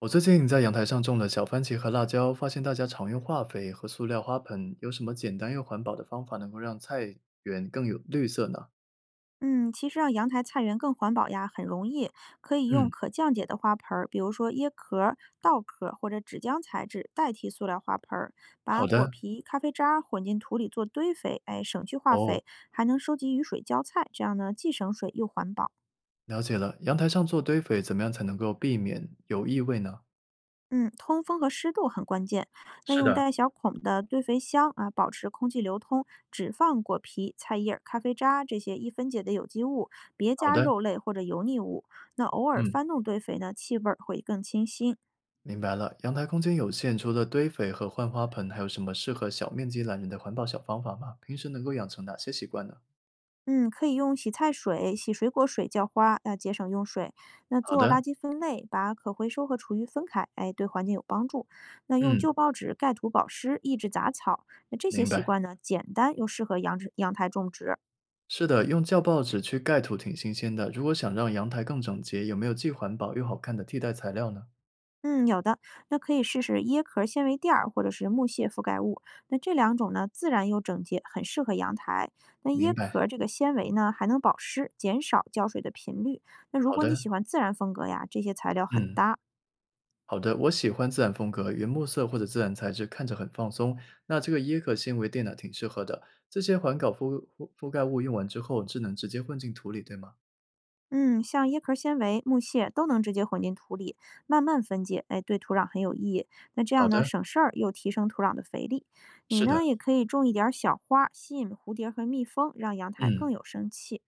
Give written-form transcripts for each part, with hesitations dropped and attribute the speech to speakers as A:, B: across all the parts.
A: 我最近在阳台上种了小番茄和辣椒，发现大家常用化肥和塑料花盆，有什么简单又环保的方法能够让菜园更有绿色呢？
B: 嗯，其实让阳台菜园更环保呀，很容易，可以用
A: 嗯，
B: 可降解的花盆儿，比如说椰壳儿、稻壳儿或者纸浆材质代替塑料花盆儿，
A: 好
B: 把果
A: 的，
B: 皮、咖啡渣儿混进土里做堆肥，哎，省去化
A: 哦，
B: 肥，还能收集雨水浇菜，这样呢既省水又环保。
A: 了解了。阳台上做堆肥，怎么样才能够避免有异味呢？
B: 嗯，通风和湿度很关键。那
A: 是
B: 用
A: 的，
B: 带小孔的堆肥箱啊，保持空气流通，只放果皮、菜叶儿、咖啡渣这些易分解的有机物，别
A: 好
B: 加
A: 的，
B: 肉类或者油腻物。那偶尔
A: 嗯，
B: 翻动堆肥呢，气味儿会更清新。
A: 明白了。阳台空间有限，除了堆肥和换花盆，还有什么适合小面积懒人的环保小方法吗？平时能够养成哪些习惯呢？
B: 嗯，可以用洗菜水、洗水果水浇花，要节省用水。那
A: 好
B: 做垃
A: 的，
B: 圾分类，把可回收和厨余分开，哎，对环境有帮助。那用
A: 嗯，
B: 旧报纸盖土保湿，抑制杂草。那这些
A: 明
B: 习
A: 白。
B: 惯呢，简单又适合养殖阳台种植。
A: 是的，用旧报纸去盖土挺新鲜的。如果想让阳台更整洁，有没有既环保又好看的替代材料呢？
B: 嗯，有的，那可以试试椰壳纤维垫儿或者是木屑覆盖物。那这两种呢，自然又整洁，很适合阳台。那椰
A: 明白，
B: 壳这个纤维呢，还能保湿，减少浇水的频率。那如
A: 好
B: 果你
A: 的，
B: 喜欢自然风格呀，这些材料很
A: 嗯，
B: 搭。
A: 好的。我喜欢自然风格，原木色或者自然材质，看着很放松。那这个椰壳纤维垫呢，挺适合的。这些环保覆盖物用完之后，只能直接混进土里，对吗？
B: 嗯，像椰壳纤维、木屑都能直接混进土里，慢慢分解，哎，对土壤很有意义。那这
A: 好
B: 样呢，
A: 的，
B: 省事儿又提升土壤的肥力。你
A: 是的，
B: 呢，也可以种一点儿小花，吸引蝴蝶和蜜蜂，让阳台
A: 嗯。
B: 更有生气。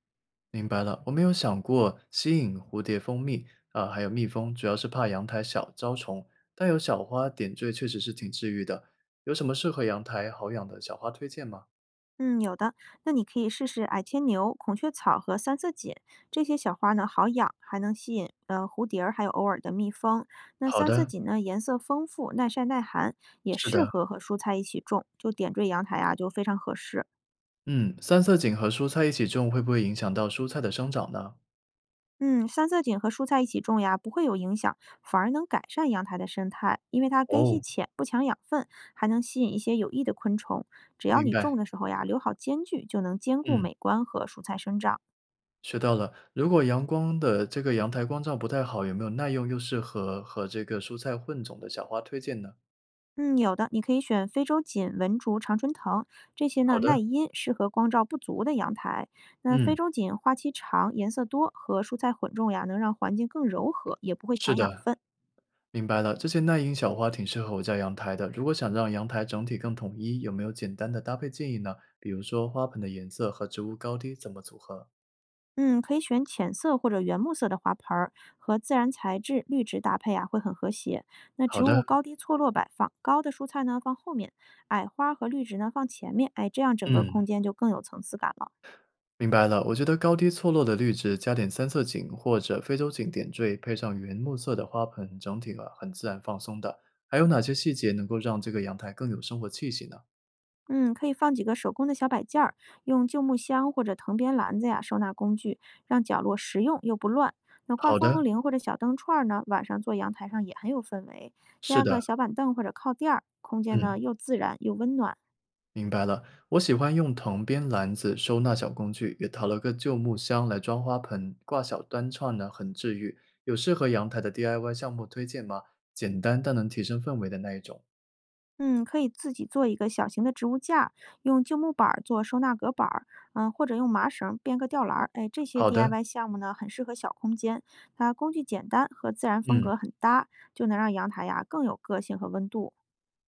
A: 明白了，我没有想过吸引蝴蝶、蜂蜜，啊，还有蜜蜂，主要是怕阳台小招虫，但有小花点缀确实是挺治愈的。有什么适合阳台好养的小花推荐吗？
B: 嗯，有的。那你可以试试矮牵牛、孔雀草和三色堇这些小花呢，好养，还能吸引蝴蝶儿，还有偶尔的蜜蜂。那
A: 好
B: 三色
A: 的，
B: 堇呢，颜色丰富，耐晒耐寒，也
A: 是
B: 适
A: 的，
B: 合和蔬菜一起种，就点缀阳台啊，就非常合适。
A: 嗯，三色堇和蔬菜一起种会不会影响到蔬菜的生长呢？
B: 嗯，三色堇和蔬菜一起种呀，不会有影响，反而能改善阳台的生态，因为它根系
A: 哦，
B: 浅，不抢养分，还能吸引一些有益的昆虫。只要
A: 明
B: 你
A: 白，
B: 种的时候呀，留好间距，就能兼顾
A: 嗯，
B: 美观和蔬菜生长。
A: 学到了。如果阳光的这个阳台光照不太好，有没有耐用又适合和这个蔬菜混种的小花推荐呢？
B: 嗯，有的，你可以选非洲锦、文竹、常春藤这些
A: 好
B: 呢，
A: 的，
B: 耐阴，适合光照不足的阳台。那非
A: 嗯，
B: 洲锦花期长，颜色多，和蔬菜混种呀，能让环境更柔和，也不会
A: 是
B: 抢养
A: 的，
B: 分。
A: 明白了，这些耐阴小花挺适合我家阳台的。如果想让阳台整体更统一，有没有简单的搭配建议呢？比如说花盆的颜色和植物高低怎么组合？
B: 嗯，可以选浅色或者原木色的花盆儿，和自然材质、绿植搭配啊，会很和谐。那
A: 好
B: 植物
A: 的，
B: 高低错落摆放，高的蔬菜呢放后面，矮花和绿植呢放前面，哎，这样整个空
A: 嗯，
B: 间就更有层次感了。
A: 明白了。我觉得高低错落的绿植加点三色堇或者非洲堇点缀，配上原木色的花盆，整体啊很自然放松的。还有哪些细节能够让这个阳台更有生活气息呢？
B: 嗯，可以放几个手工的小摆件儿，用旧木箱或者藤编篮子呀收纳工具，让角落实用又不乱。那挂
A: 好的，
B: 风铃或者小灯串儿呢，晚上做阳台上也很有氛围。
A: 是
B: 加个
A: 的，
B: 小板凳或者靠垫儿，空间呢
A: 嗯。
B: 又自然又温暖。
A: 明白了，我喜欢用藤编篮子收纳小工具，也淘了个旧木箱来装花盆，挂小单串呢，很治愈。有适合阳台的 DIY 项目推荐吗？简单但能提升氛围的那一种。
B: 嗯，可以自己做一个小型的植物架儿用旧木板儿做收纳隔板儿，或者用麻绳编个吊篮儿。哎，这些
A: 好的，
B: DIY 项目呢，很适合小空间，它工具简单和自然风
A: 嗯，
B: 格很搭，就能让阳台呀更有个性和温度。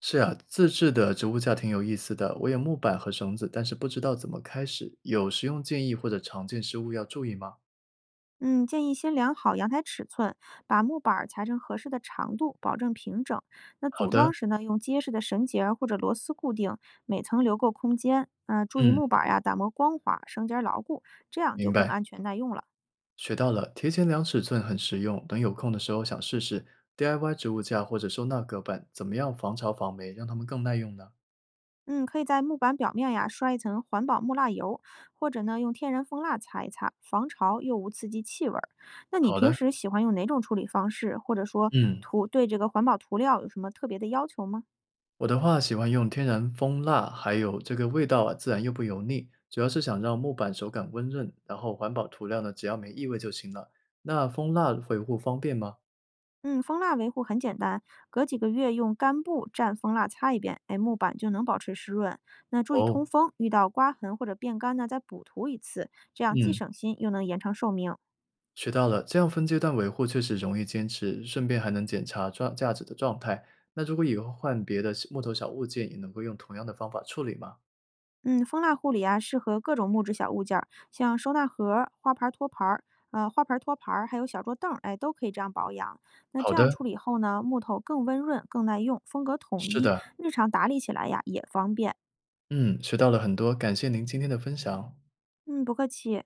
A: 是啊，自制的植物架挺有意思的，我有木板和绳子，但是不知道怎么开始。有实用建议或者常见失误要注意吗？
B: 嗯，建议先量好阳台尺寸，把木板儿裁成合适的长度，保证平整。那
A: 好
B: 组
A: 的，
B: 装时呢，用结实的绳结儿或者螺丝固定，每层留够空间。嗯，注意
A: 嗯，
B: 木板儿呀打磨光滑，绳结儿牢固，这样
A: 明
B: 就更
A: 白。
B: 安全耐用了。
A: 学到了，提前量尺寸很实用，等有空的时候想试试 DIY 植物架或者收纳隔板，怎么样防潮防霉，让它们更耐用呢？
B: 嗯，可以在木板表面呀刷一层环保木蜡油，或者呢用天然蜂蜡擦一擦，防潮又无刺激气味儿。那你
A: 好
B: 平
A: 的，
B: 时喜欢用哪种处理方式，或者说
A: 嗯，
B: 涂对这个环保涂料有什么特别的要求吗？
A: 我的话喜欢用天然蜂蜡，还有这个味道啊，自然又不油腻，主要是想让木板手感温润，然后环保涂料呢，只要没异味就行了。那蜂蜡维护方便吗？
B: 嗯，蜂蜡维护很简单，隔几个月用干布蘸蜂蜡擦一遍，哎，木板就能保持湿润。那注意通
A: 哦，
B: 风，遇到刮痕或者变干呢，再补涂一次，这样既
A: 嗯。
B: 省心又能延长寿命。
A: 学到了，这样分阶段维护确实容易坚持，顺便还能检查装价值的状态。那如果以后换别的小木头小物件，也能够用同样的方法处理吗？
B: 嗯，蜂蜡护理啊，适合各种木质小物件儿，像收纳盒儿、花盘儿托盘儿，花盆儿托盘儿，还有小桌凳儿，哎，都可以这样保养。那
A: 好
B: 这样
A: 的，
B: 处理后呢，木头更温润、更耐用，风格统
A: 是
B: 一，
A: 的，
B: 日常打理起来呀也方便。
A: 嗯，学到了很多，感谢您今天的分享。
B: 嗯，不客气。